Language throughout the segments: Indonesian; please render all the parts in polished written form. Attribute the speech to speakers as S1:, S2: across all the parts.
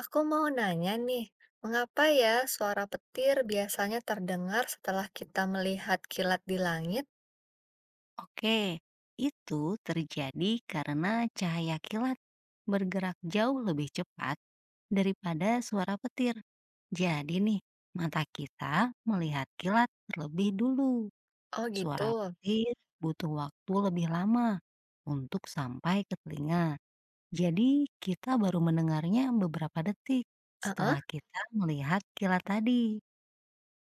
S1: Aku mau nanya nih, mengapa ya suara petir biasanya terdengar setelah kita melihat kilat di langit?
S2: Oke, itu terjadi karena cahaya kilat bergerak jauh lebih cepat daripada suara petir. Jadi nih, mata kita melihat kilat terlebih dulu.
S1: Oh
S2: Suara
S1: gitu.
S2: petir butuh waktu lebih lama untuk sampai ke telinga. Jadi kita baru mendengarnya beberapa detik
S1: Heeh.
S2: setelah kita melihat kilat tadi.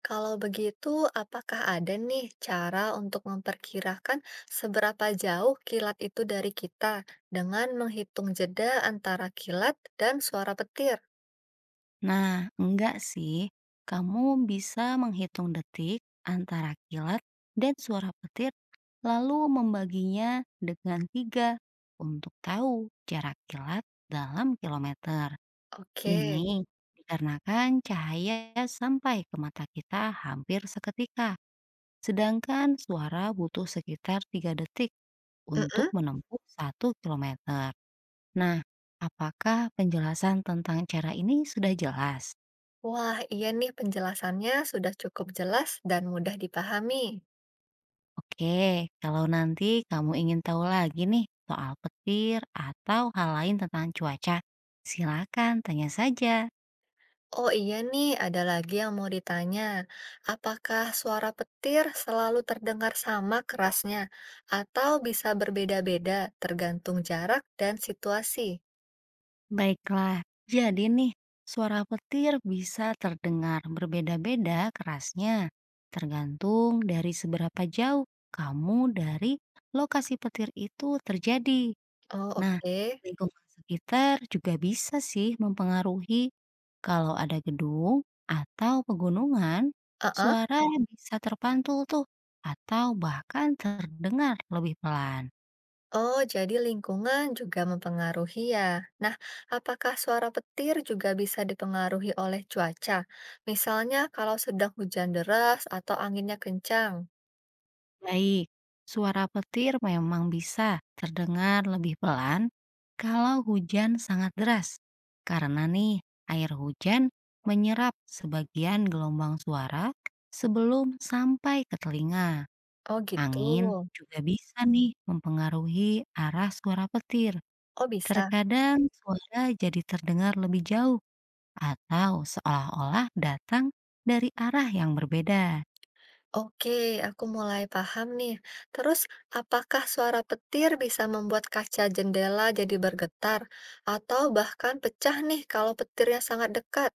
S1: Kalau begitu, apakah ada nih cara untuk memperkirakan seberapa jauh kilat itu dari kita dengan menghitung jeda antara kilat dan suara petir?
S2: Nah, enggak sih. Kamu bisa menghitung detik antara kilat dan suara petir, lalu membaginya dengan tiga untuk tahu jarak kilat dalam kilometer.
S1: Oke.
S2: Ini dikarenakan cahaya sampai ke mata kita hampir seketika, sedangkan suara butuh sekitar 3 detik untuk
S1: Mm-mm.
S2: menempuh 1 kilometer. Nah, apakah penjelasan tentang cara ini sudah jelas?
S1: Wah, iya nih penjelasannya sudah cukup jelas dan mudah dipahami.
S2: Oke, kalau nanti kamu ingin tahu lagi nih soal petir atau hal lain tentang cuaca, silakan tanya saja.
S1: Oh iya nih, ada lagi yang mau ditanya. Apakah suara petir selalu terdengar sama kerasnya atau bisa berbeda-beda tergantung jarak dan situasi?
S2: Baiklah, jadi nih suara petir bisa terdengar berbeda-beda kerasnya, tergantung dari seberapa jauh kamu dari lokasi petir itu terjadi.
S1: Oh
S2: Nah,
S1: oke.
S2: lingkungan sekitar juga bisa sih mempengaruhi. Kalau ada gedung atau pegunungan,
S1: Heeh.
S2: suara bisa terpantul tuh atau bahkan terdengar lebih pelan.
S1: Oh, jadi lingkungan juga mempengaruhi ya. Nah, apakah suara petir juga bisa dipengaruhi oleh cuaca? Misalnya kalau sedang hujan deras atau anginnya kencang.
S2: Baik, suara petir memang bisa terdengar lebih pelan kalau hujan sangat deras. Karena nih, air hujan menyerap sebagian gelombang suara sebelum sampai ke telinga.
S1: Oh gitu.
S2: Angin juga bisa nih mempengaruhi arah suara petir.
S1: Oh bisa.
S2: Terkadang suara jadi terdengar lebih jauh atau seolah-olah datang dari arah yang berbeda.
S1: Oke, aku mulai paham nih. Terus, apakah suara petir bisa membuat kaca jendela jadi bergetar atau bahkan pecah nih kalau petirnya sangat dekat?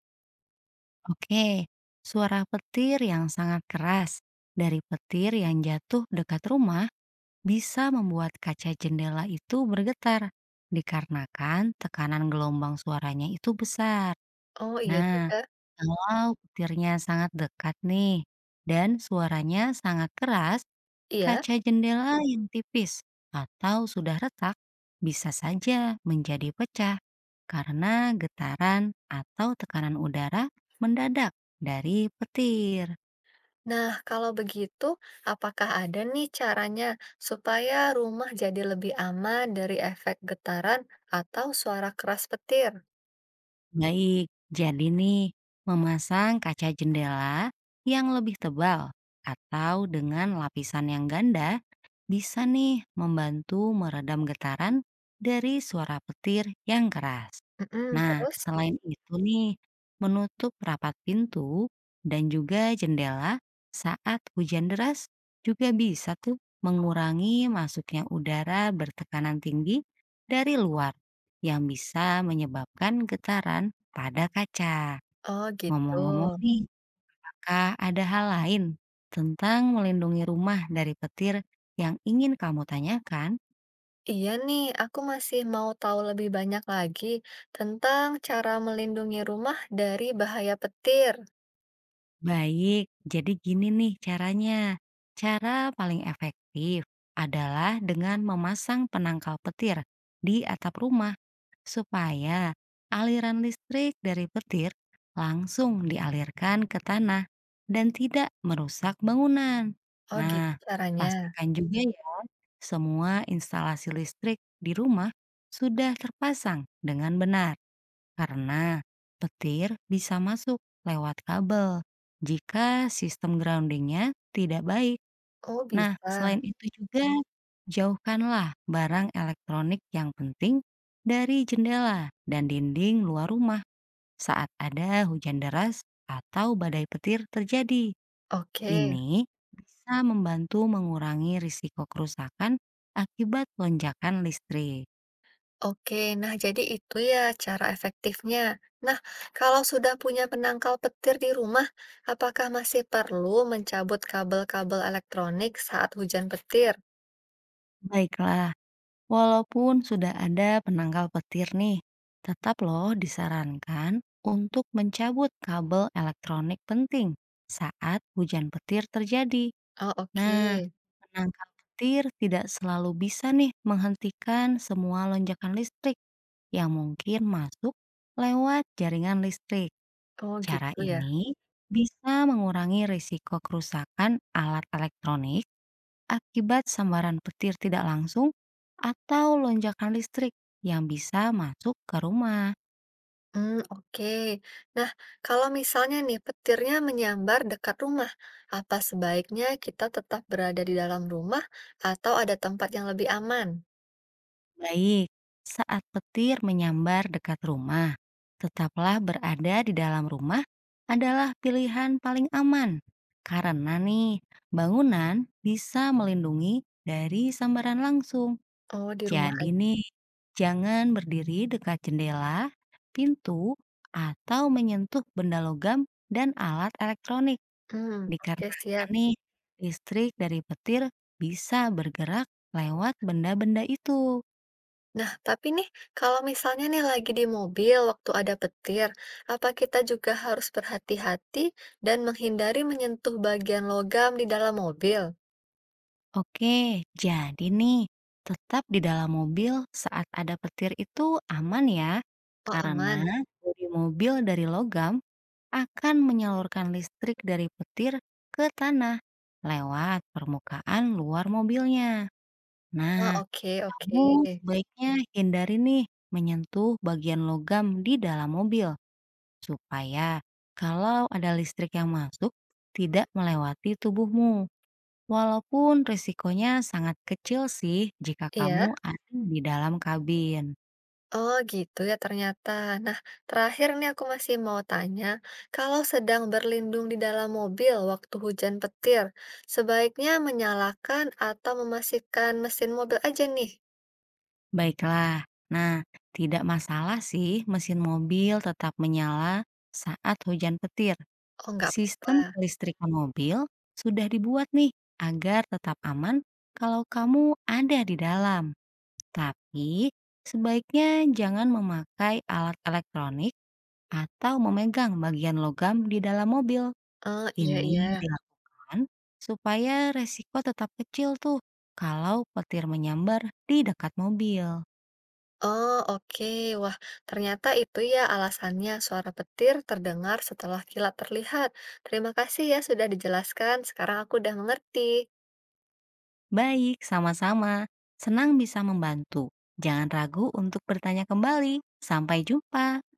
S2: Oke, suara petir yang sangat keras dari petir yang jatuh dekat rumah bisa membuat kaca jendela itu bergetar dikarenakan tekanan gelombang suaranya itu besar.
S1: Oh iya
S2: Nah,
S1: juga.
S2: kalau petirnya sangat dekat nih, dan suaranya sangat keras,
S1: Iya.
S2: kaca jendela yang tipis atau sudah retak bisa saja menjadi pecah karena getaran atau tekanan udara mendadak dari petir.
S1: Nah, kalau begitu, apakah ada nih caranya supaya rumah jadi lebih aman dari efek getaran atau suara keras petir?
S2: Baik, jadi nih, memasang kaca jendela yang lebih tebal atau dengan lapisan yang ganda bisa nih membantu meredam getaran dari suara petir yang keras.
S1: Mm-mm,
S2: Nah,
S1: terus,
S2: selain itu nih, menutup rapat pintu dan juga jendela saat hujan deras juga bisa tuh mengurangi masuknya udara bertekanan tinggi dari luar yang bisa menyebabkan getaran pada kaca.
S1: oh gitu.
S2: Ngomong-ngomong nih, apakah ada hal lain tentang melindungi rumah dari petir yang ingin kamu tanyakan?
S1: Iya nih, aku masih mau tahu lebih banyak lagi tentang cara melindungi rumah dari bahaya petir.
S2: Baik, jadi gini nih caranya. Cara paling efektif adalah dengan memasang penangkal petir di atap rumah supaya aliran listrik dari petir langsung dialirkan ke tanah dan tidak merusak bangunan.
S1: Oh gitu
S2: Nah,
S1: caranya.
S2: pastikan juga ya semua instalasi listrik di rumah sudah terpasang dengan benar karena petir bisa masuk lewat kabel jika sistem groundingnya tidak baik.
S1: Oh
S2: Nah,
S1: bisa.
S2: selain itu juga, jauhkanlah barang elektronik yang penting dari jendela dan dinding luar rumah saat ada hujan deras atau badai petir terjadi.
S1: Oke,
S2: Ini bisa membantu mengurangi risiko kerusakan akibat lonjakan listrik.
S1: oke. Nah jadi itu ya cara efektifnya. Nah kalau sudah punya penangkal petir di rumah, apakah masih perlu mencabut kabel-kabel elektronik saat hujan petir?
S2: Baiklah, walaupun sudah ada penangkal petir nih, tetap loh disarankan untuk mencabut kabel elektronik penting saat hujan petir terjadi.
S1: Oh
S2: Nah,
S1: oke.
S2: penangkal petir tidak selalu bisa nih menghentikan semua lonjakan listrik yang mungkin masuk lewat jaringan listrik.
S1: Oh
S2: Cara
S1: gitu ya.
S2: ini bisa mengurangi risiko kerusakan alat elektronik akibat sambaran petir tidak langsung atau lonjakan listrik yang bisa masuk ke rumah.
S1: Hmm, oke. Nah, kalau misalnya nih petirnya menyambar dekat rumah, apa sebaiknya kita tetap berada di dalam rumah atau ada tempat yang lebih aman?
S2: Baik, saat petir menyambar dekat rumah, tetaplah berada di dalam rumah adalah pilihan paling aman. Karena nih, bangunan bisa melindungi dari sambaran langsung.
S1: Oh, di rumah
S2: Jadi
S1: aja.
S2: nih, jangan berdiri dekat jendela, pintu, atau menyentuh benda logam dan alat elektronik.
S1: Hmm, oke
S2: Dikarenakan
S1: siap.
S2: nih, listrik dari petir bisa bergerak lewat benda-benda itu.
S1: Nah, tapi nih kalau misalnya nih lagi di mobil waktu ada petir, apa kita juga harus berhati-hati dan menghindari menyentuh bagian logam di dalam mobil?
S2: Oke, jadi nih, tetap di dalam mobil saat ada petir itu aman ya,
S1: Oh, aman?
S2: karena bodi mobil dari logam akan menyalurkan listrik dari petir ke tanah lewat permukaan luar mobilnya.
S1: Oh,
S2: Nah,
S1: oke oke.
S2: kamu sebaiknya hindari nih menyentuh bagian logam di dalam mobil supaya kalau ada listrik yang masuk tidak melewati tubuhmu. Walaupun risikonya sangat kecil sih jika
S1: Iya?
S2: kamu ada di dalam kabin.
S1: Oh gitu ya ternyata. Nah, terakhir nih aku masih mau tanya, kalau sedang berlindung di dalam mobil waktu hujan petir, sebaiknya menyalakan atau memastikan mesin mobil aja nih?
S2: Baiklah, nah tidak masalah sih mesin mobil tetap menyala saat hujan petir.
S1: Oh nggak apa-apa.
S2: Sistem kelistrikan mobil sudah dibuat nih agar tetap aman kalau kamu ada di dalam. Tapi sebaiknya jangan memakai alat elektronik atau memegang bagian logam di dalam mobil.
S1: Oh iya
S2: Ini
S1: iya.
S2: dilakukan supaya resiko tetap kecil tuh kalau petir menyambar di dekat mobil.
S1: Oh oke, wah ternyata itu ya alasannya suara petir terdengar setelah kilat terlihat. Terima kasih ya sudah dijelaskan, sekarang aku udah mengerti.
S2: Baik, sama-sama. Senang bisa membantu. Jangan ragu untuk bertanya kembali. Sampai jumpa.